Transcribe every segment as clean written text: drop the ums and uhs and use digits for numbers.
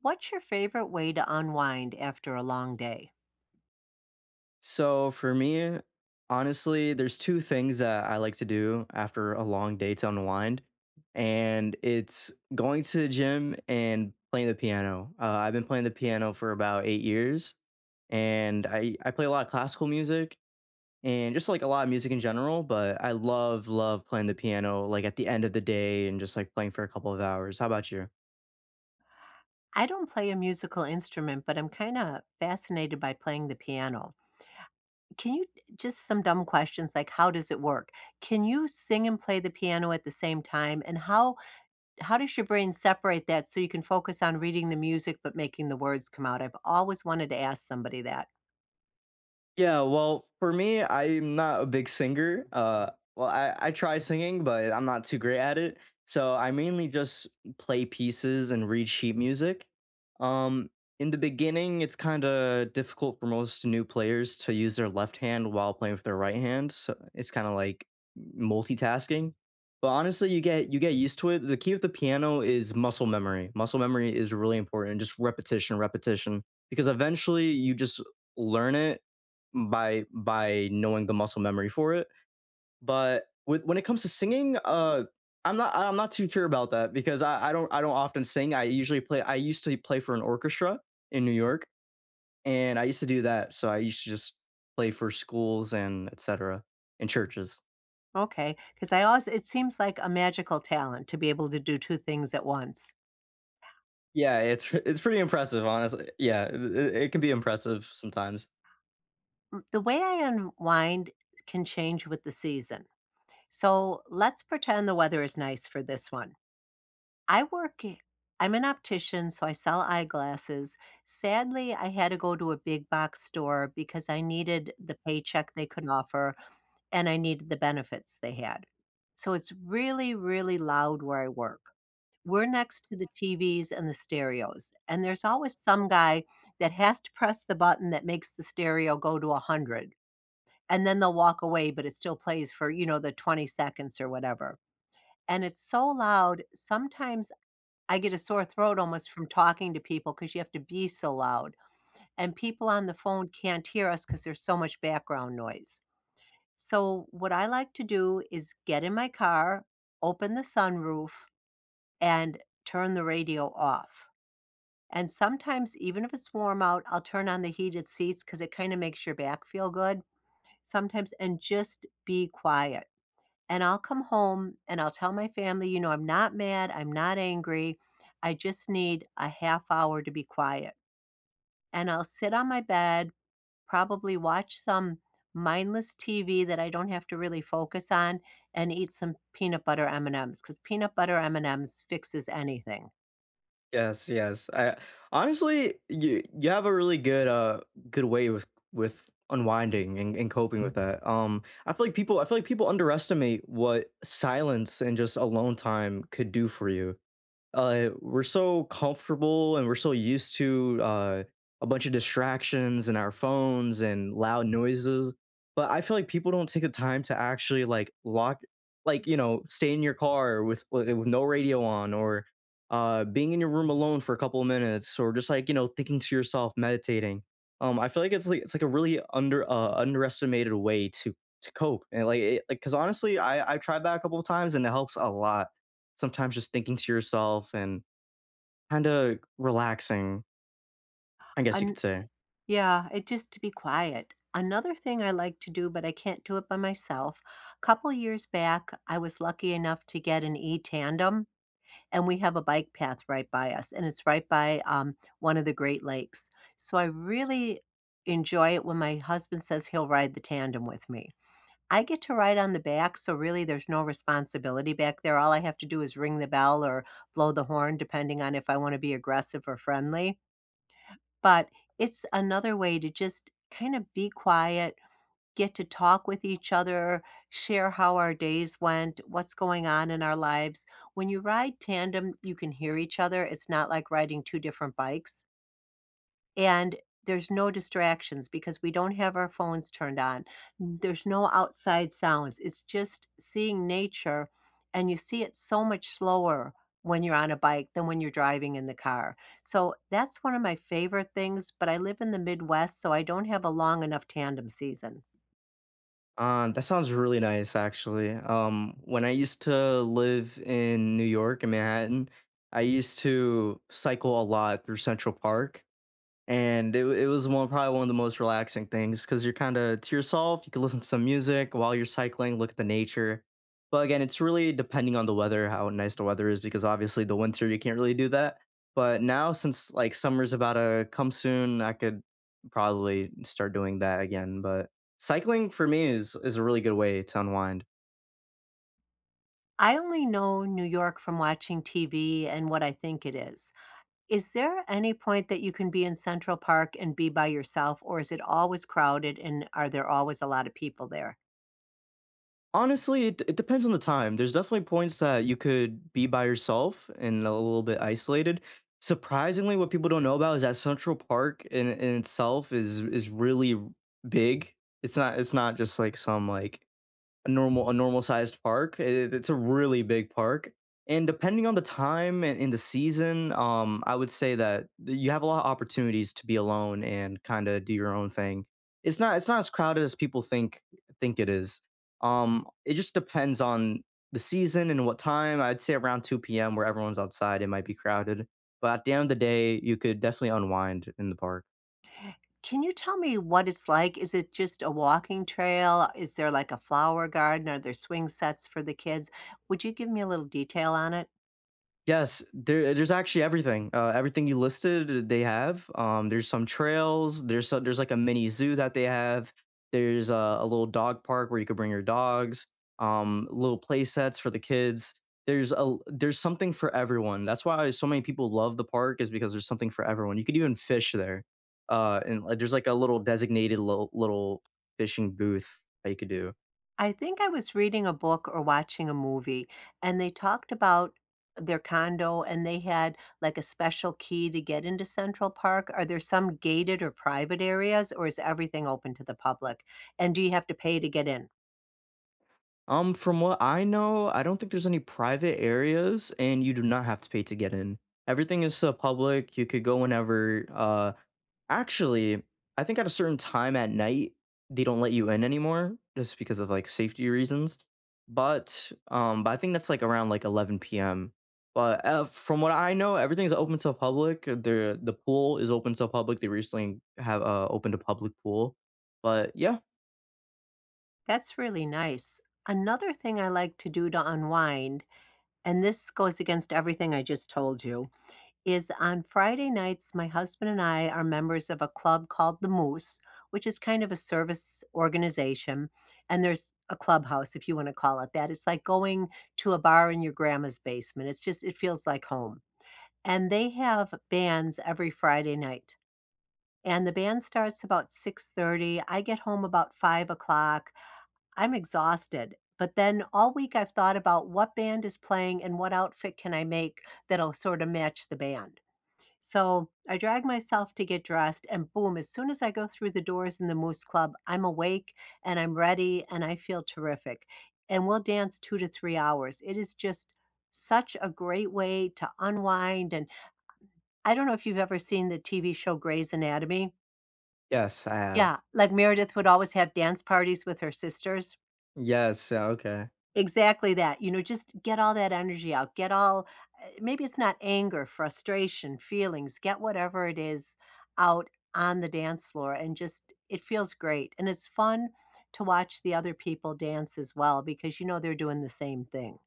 What's your favorite way to unwind after a long day? So for me, honestly, there's two things that I like to do after a long day to unwind, and it's going to the gym and playing the piano. I've been playing the piano for about 8 years, and I play a lot of classical music and just like a lot of music in general. But I love love playing the piano, like at the end of the day, and just like playing for a couple of hours. How about you? I don't play a musical instrument, but I'm kind of fascinated by playing the piano. Can you just some dumb questions like how does it work? Can you sing and play the piano at the same time? And how does your brain separate that so you can focus on reading the music but making the words come out? I've always wanted to ask somebody that. Yeah, well, for me, I'm not a big singer. Well, I try singing, but I'm not too great at it. So I mainly just play pieces and read sheet music. Um, in the beginning, it's kind of difficult for most new players to use their left hand while playing with their right hand. So it's kind of like multitasking. But honestly, you get used to it. The key of the piano is muscle memory. Muscle memory is really important. Just repetition, repetition, because eventually you just learn it by knowing the muscle memory for it. But with when it comes to singing, I'm not too sure about that because I don't often sing. I usually play. I used to play for an orchestra in New York, and I used to do that. So I used to just play for schools and etc. and churches. Okay, because I always it seems like a magical talent to be able to do two things at once. Yeah, it's pretty impressive, honestly. Yeah, it can be impressive sometimes. The way I unwind can change with the season. So let's pretend the weather is nice for this one. I work i I'm an optician, so I sell eyeglasses. Sadly, I had to go to a big box store because I needed the paycheck they could offer and I needed the benefits they had. So it's really, really loud where I work. We're next to the TVs and the stereos, and there's always some guy that has to press the button that makes the stereo go to 100, and then they'll walk away, but it still plays for, the 20 seconds or whatever. And it's so loud, sometimes I get a sore throat almost from talking to people because you have to be so loud, and people on the phone can't hear us because there's so much background noise. So, what I like to do is get in my car, open the sunroof, and turn the radio off. And sometimes, even if it's warm out, I'll turn on the heated seats because it kinda makes your back feel good sometimes and just be quiet. And I'll come home and I'll tell my family, you know, I'm not mad, I'm not angry. I just need a half hour to be quiet. And I'll sit on my bed, probably watch some mindless TV that I don't have to really focus on and eat some peanut butter M&Ms cuz peanut butter M&Ms fixes anything. Yes, yes. You have a really good good way with unwinding and coping with that. I feel like people underestimate what silence and just alone time could do for you. We're so comfortable and we're so used to a bunch of distractions and our phones and loud noises, but I feel like people don't take the time to actually like lock, like, you know, stay in your car with, with no radio on, or being in your room alone for a couple of minutes, or just like, you know, thinking to yourself, meditating. I feel like it's like a really underestimated way to cope. Like cuz honestly I've tried that a couple of times and it helps a lot sometimes, just thinking to yourself and kind of relaxing, I guess you And could say. yeah, it just to be quiet. Another thing I like to do but I can't do it by myself. A couple years back, I was lucky enough to get an e-tandem and we have a bike path right by us, and it's right by, one of the Great Lakes. So I really enjoy it when my husband says he'll ride the tandem with me. I get to ride on the back, so really there's no responsibility back there. All I have to do is ring the bell or blow the horn, depending on if I wanna be aggressive or friendly, but it's another way to just kind of be quiet, get to talk with each other, share how our days went, what's going on in our lives. When you ride tandem, you can hear each other. It's not like riding 2 different bikes, and there's no distractions because we don't have our phones turned on. There's no outside sounds. It's just seeing nature, and you see it so much slower when you're on a bike than when you're driving in the car. So, that's one of my favorite things, but I live in the Midwest, so I don't have a long enough tandem season. That sounds really nice, actually. When I used to live in New York, in Manhattan, I used to cycle a lot through Central Park. And it was one probably one of the most relaxing things because you're kind of to yourself. You can listen to some music while you're cycling, look at the nature. But again, it's really depending on the weather, how nice the weather is, because obviously the winter you can't really do that. But now since like summer's about to come soon, I could probably start doing that again. But cycling for me is a really good way to unwind. I only know New York from watching TV and what I think it is. Is there any point that you can be in Central Park and be by yourself, or is it always crowded and are there always a lot of people there? Honestly, it depends on the time. There's definitely points that you could be by yourself and a little bit isolated. Surprisingly, what people don't know about is that Central Park in itself is really big. It's not just like some like a normal sized park. It's a really big park, and depending on the time in the season, I would say that you have a lot of opportunities to be alone and kind of do your own thing. It's not as crowded as people think it is. It just depends on the season and what time. I'd say around 2 p.m. where everyone's outside, it might be crowded. But at the end of the day, you could definitely unwind in the park. Can you tell me what it's like? Is it just a walking trail? Is there like a flower garden? Are there swing sets for the kids? Would you give me a little detail on it? Yes, there's actually everything. Everything you listed, they have. There's some trails. There's like a mini zoo that they have. There's a little dog park where you could bring your dogs. Little play sets for the kids. There's something for everyone. That's why so many people love the park, is because there's something for everyone. You could even fish there. There's like a little designated little fishing booth that you could do. I think I was reading a book or watching a movie, and they talked about their condo and they had like a special key to get into Central Park. Are there some gated or private areas, or is everything open to the public? And do you have to pay to get in? From what I know, I don't think there's any private areas, and you do not have to pay to get in. Everything is public. You could go whenever. Actually, I think at a certain time at night they don't let you in anymore, just because of like safety reasons. But I think that's like around like 11 p.m. But from what I know, everything's open to public. The pool is open to public. They recently have opened a public pool. But yeah, That's really nice. Another thing I like to do to unwind, and this goes against everything I just told you, is on Friday nights, my husband and I are members of a club called The Moose, which is kind of a service organization. And there's a clubhouse, if you want to call it that. It's like going to a bar in your grandma's basement. It's just, it feels like home. And they have bands every Friday night. And the band starts about 6:30. I get home about 5 o'clock. I'm exhausted. But then all week I've thought about what band is playing and what outfit can I make that'll sort of match the band. So I drag myself to get dressed, and boom, as soon as I go through the doors in the Moose Club, I'm awake and I'm ready and I feel terrific. And we'll dance 2 to 3 hours. It is just such a great way to unwind. And I don't know if you've ever seen the TV show Grey's Anatomy. yes, I have. Yeah, like Meredith would always have dance parties with her sisters. Yes, yeah, okay. Exactly that, you know, just get all that energy out, get all maybe it's not anger, frustration, feelings, get whatever it is out on the dance floor and just it feels great, and it's fun to watch the other people dance as well because you know they're doing the same thing.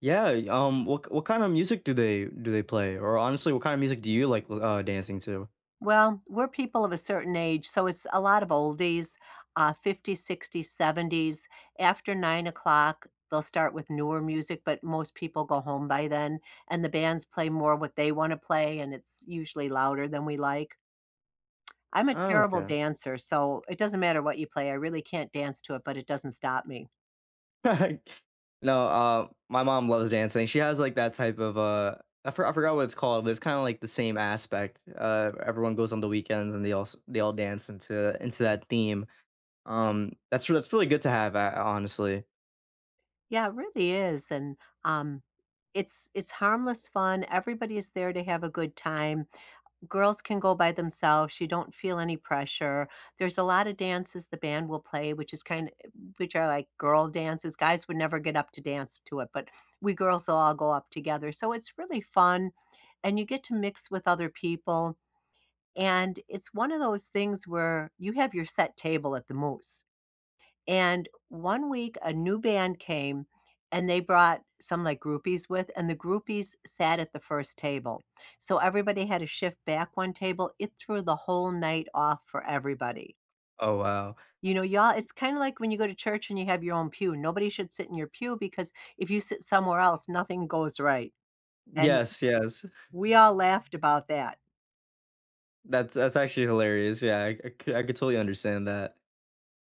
Yeah, what kind of music do they play? Or honestly, what kind of music do you like, dancing to? Well, we're people of a certain age, so it's a lot of oldies, 50s, 60s, 70s. After 9 o'clock, they'll start with newer music, but most people go home by then, and the bands play more what they want to play, and it's usually louder than we like. I'm a Oh, terrible okay. dancer, so it doesn't matter what you play. I really can't dance to it, but it doesn't stop me. No, my mom loves dancing. She has, like, that type of, I forgot what it's called, but it's kinda like the same aspect. Everyone goes on the weekends and they all dance into that theme. That's really good to have, honestly. Yeah, it really is, and um, it's harmless fun. Everybody is there to have a good time. Girls can go by themselves, you don't feel any pressure. There's a lot of dances the band will play, which is kind of which are like girl dances. Guys would never get up to dance to it, but we girls will all go up together. So it's really fun and you get to mix with other people. And it's one of those things where you have your set table at the Moose. And one week, a new band came and they brought some like groupies with, and the groupies sat at the first table. So everybody had to shift back one table. It threw the whole night off for everybody. Oh, wow. You know, y'all, it's kind of like when you go to church and you have your own pew. Nobody should sit in your pew because if you sit somewhere else, nothing goes right. And Yes, yes. we all laughed about that. That's actually hilarious. Yeah, I could totally understand that.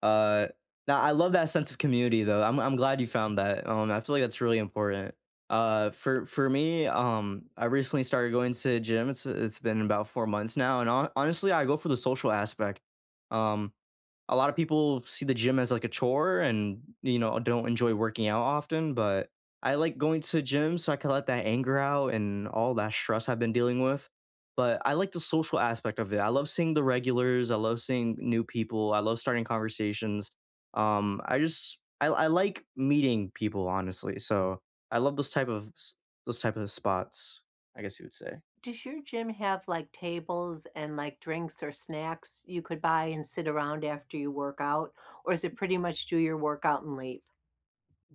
Uh, Now I love that sense of community though. I'm glad you found that. I feel like that's really important. For me, I recently started going to gym. It's been about 4 months now, and honestly, I go for the social aspect. Um, a lot of people see the gym as like a chore and you know don't enjoy working out often, but I like going to the gym so I can let that anger out and all that stress I've been dealing with. But I like the social aspect of it. I love seeing the regulars, I love seeing new people, I love starting conversations. I like meeting people honestly, so I love those type of spots, I guess you would say. Does your gym have, like, tables and, like, drinks or snacks you could buy and sit around after you work out, or is it pretty much do your workout and leave?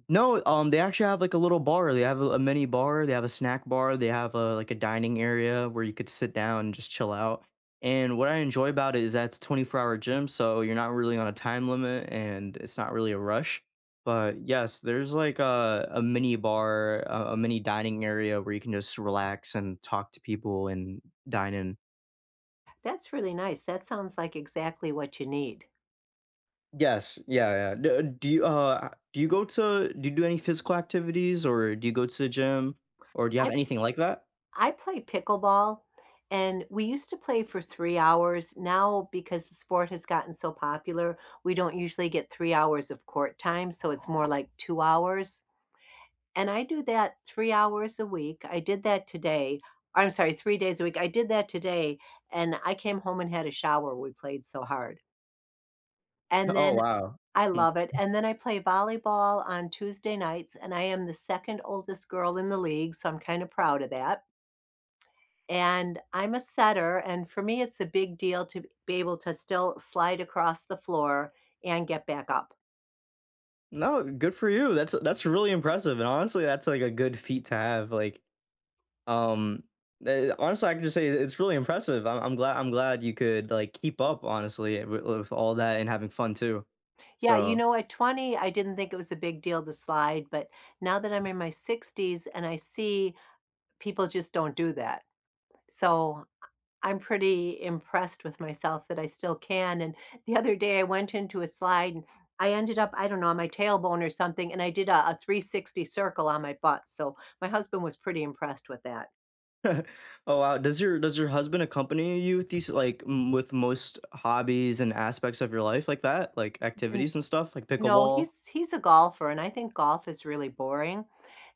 No, they actually have like a little bar. They have a mini bar. They have a snack bar. They have a like a dining area where you could sit down and just chill out. And what I enjoy about it is that it's a 24-hour gym, so you're not really on a time limit and it's not really a rush. But yes, there's like a mini bar, a mini dining area where you can just relax and talk to people and dine in. That's really nice, that sounds like exactly what you need. Yes, yeah, yeah. Do you go to do you do any physical activities, or do you go to the gym, or do you have I anything like that? I play pickleball, and we used to play for 3 hours, now because the sport has gotten so popular, we don't usually get 3 hours of court time, so it's more like 2 hours, and I do that 3 hours a week. I did that today. I'm sorry, 3 days a week. I did that today, and I came home and had a shower, we played so hard. And Oh, then wow. I Hmm. love it, and then I play volleyball on Tuesday nights, and I am the 2nd oldest girl in the league, so I'm kinda proud of that. And I'm a setter, and for me, it's a big deal to be able to still slide across the floor and get back up. No, good for you. That's really impressive, and honestly, that's, like, a good feat to have, like, um, honestly, I can just say it's really impressive. I'm glad you could, like, keep up, honestly, with all that and having fun too. Yeah, you So know, at 20, I didn't think it was a big deal to slide, but now that I'm in my 60s and I see people just don't do that. So I'm pretty impressed with myself that I still can. And the other day I went into a slide and I ended up, I don't know, on my tailbone or something, and I did a 360 circle on my butt. So my husband was pretty impressed with that. Oh, wow. Does your husband accompany you with these, like, m with most hobbies and aspects of your life like that? Like, activities and stuff, like No, pickleball, he's a golfer, and I think golf is really boring,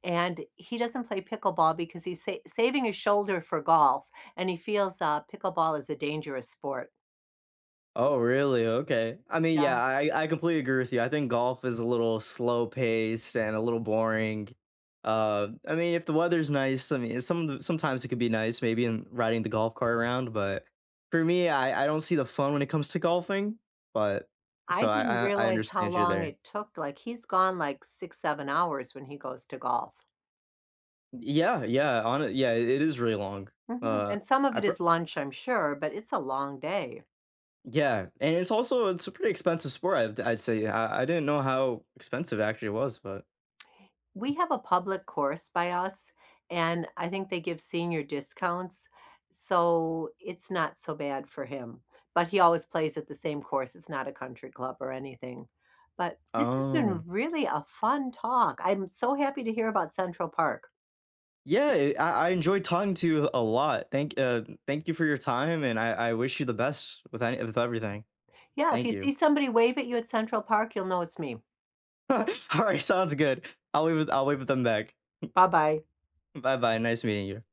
and he doesn't play pickleball because he's sa saving his shoulder for golf, and he feels, pickleball is a dangerous sport. oh, really? Okay. I mean, Yeah. yeah, I completely agree with you. I think golf is a little slow paced and a little boring. I mean, if the weather's nice, I mean, sometimes it could be nice, maybe in riding the golf cart around. But for me, I don't see the fun when it comes to golfing. But so I didn't I realize how understand you long there. it took, like, he's gone, like, 6, 7 hours when he goes to golf. Yeah, yeah, on it. Yeah, it is really long. Mhm, Uh, and some of I it pr- is lunch, I'm sure, but it's a long day. yeah, and it's also it's a pretty expensive sport. I'd say I didn't know how expensive actually it was, but We have a public course by us, and I think they give senior discounts, so it's not so bad for him, but he always plays at the same course, it's not a country club or anything, but this has been oh. really a fun talk, I'm so happy to hear about Central Park. Yeah, I enjoyed talking to you a lot. Thank you for your time, and I wish you the best with with everything. Yeah, if Thank you you. see somebody wave at you at Central Park, you'll know it's me. All right, sounds good. I'll wait with them back. Bye-bye. Bye bye. Nice meeting you.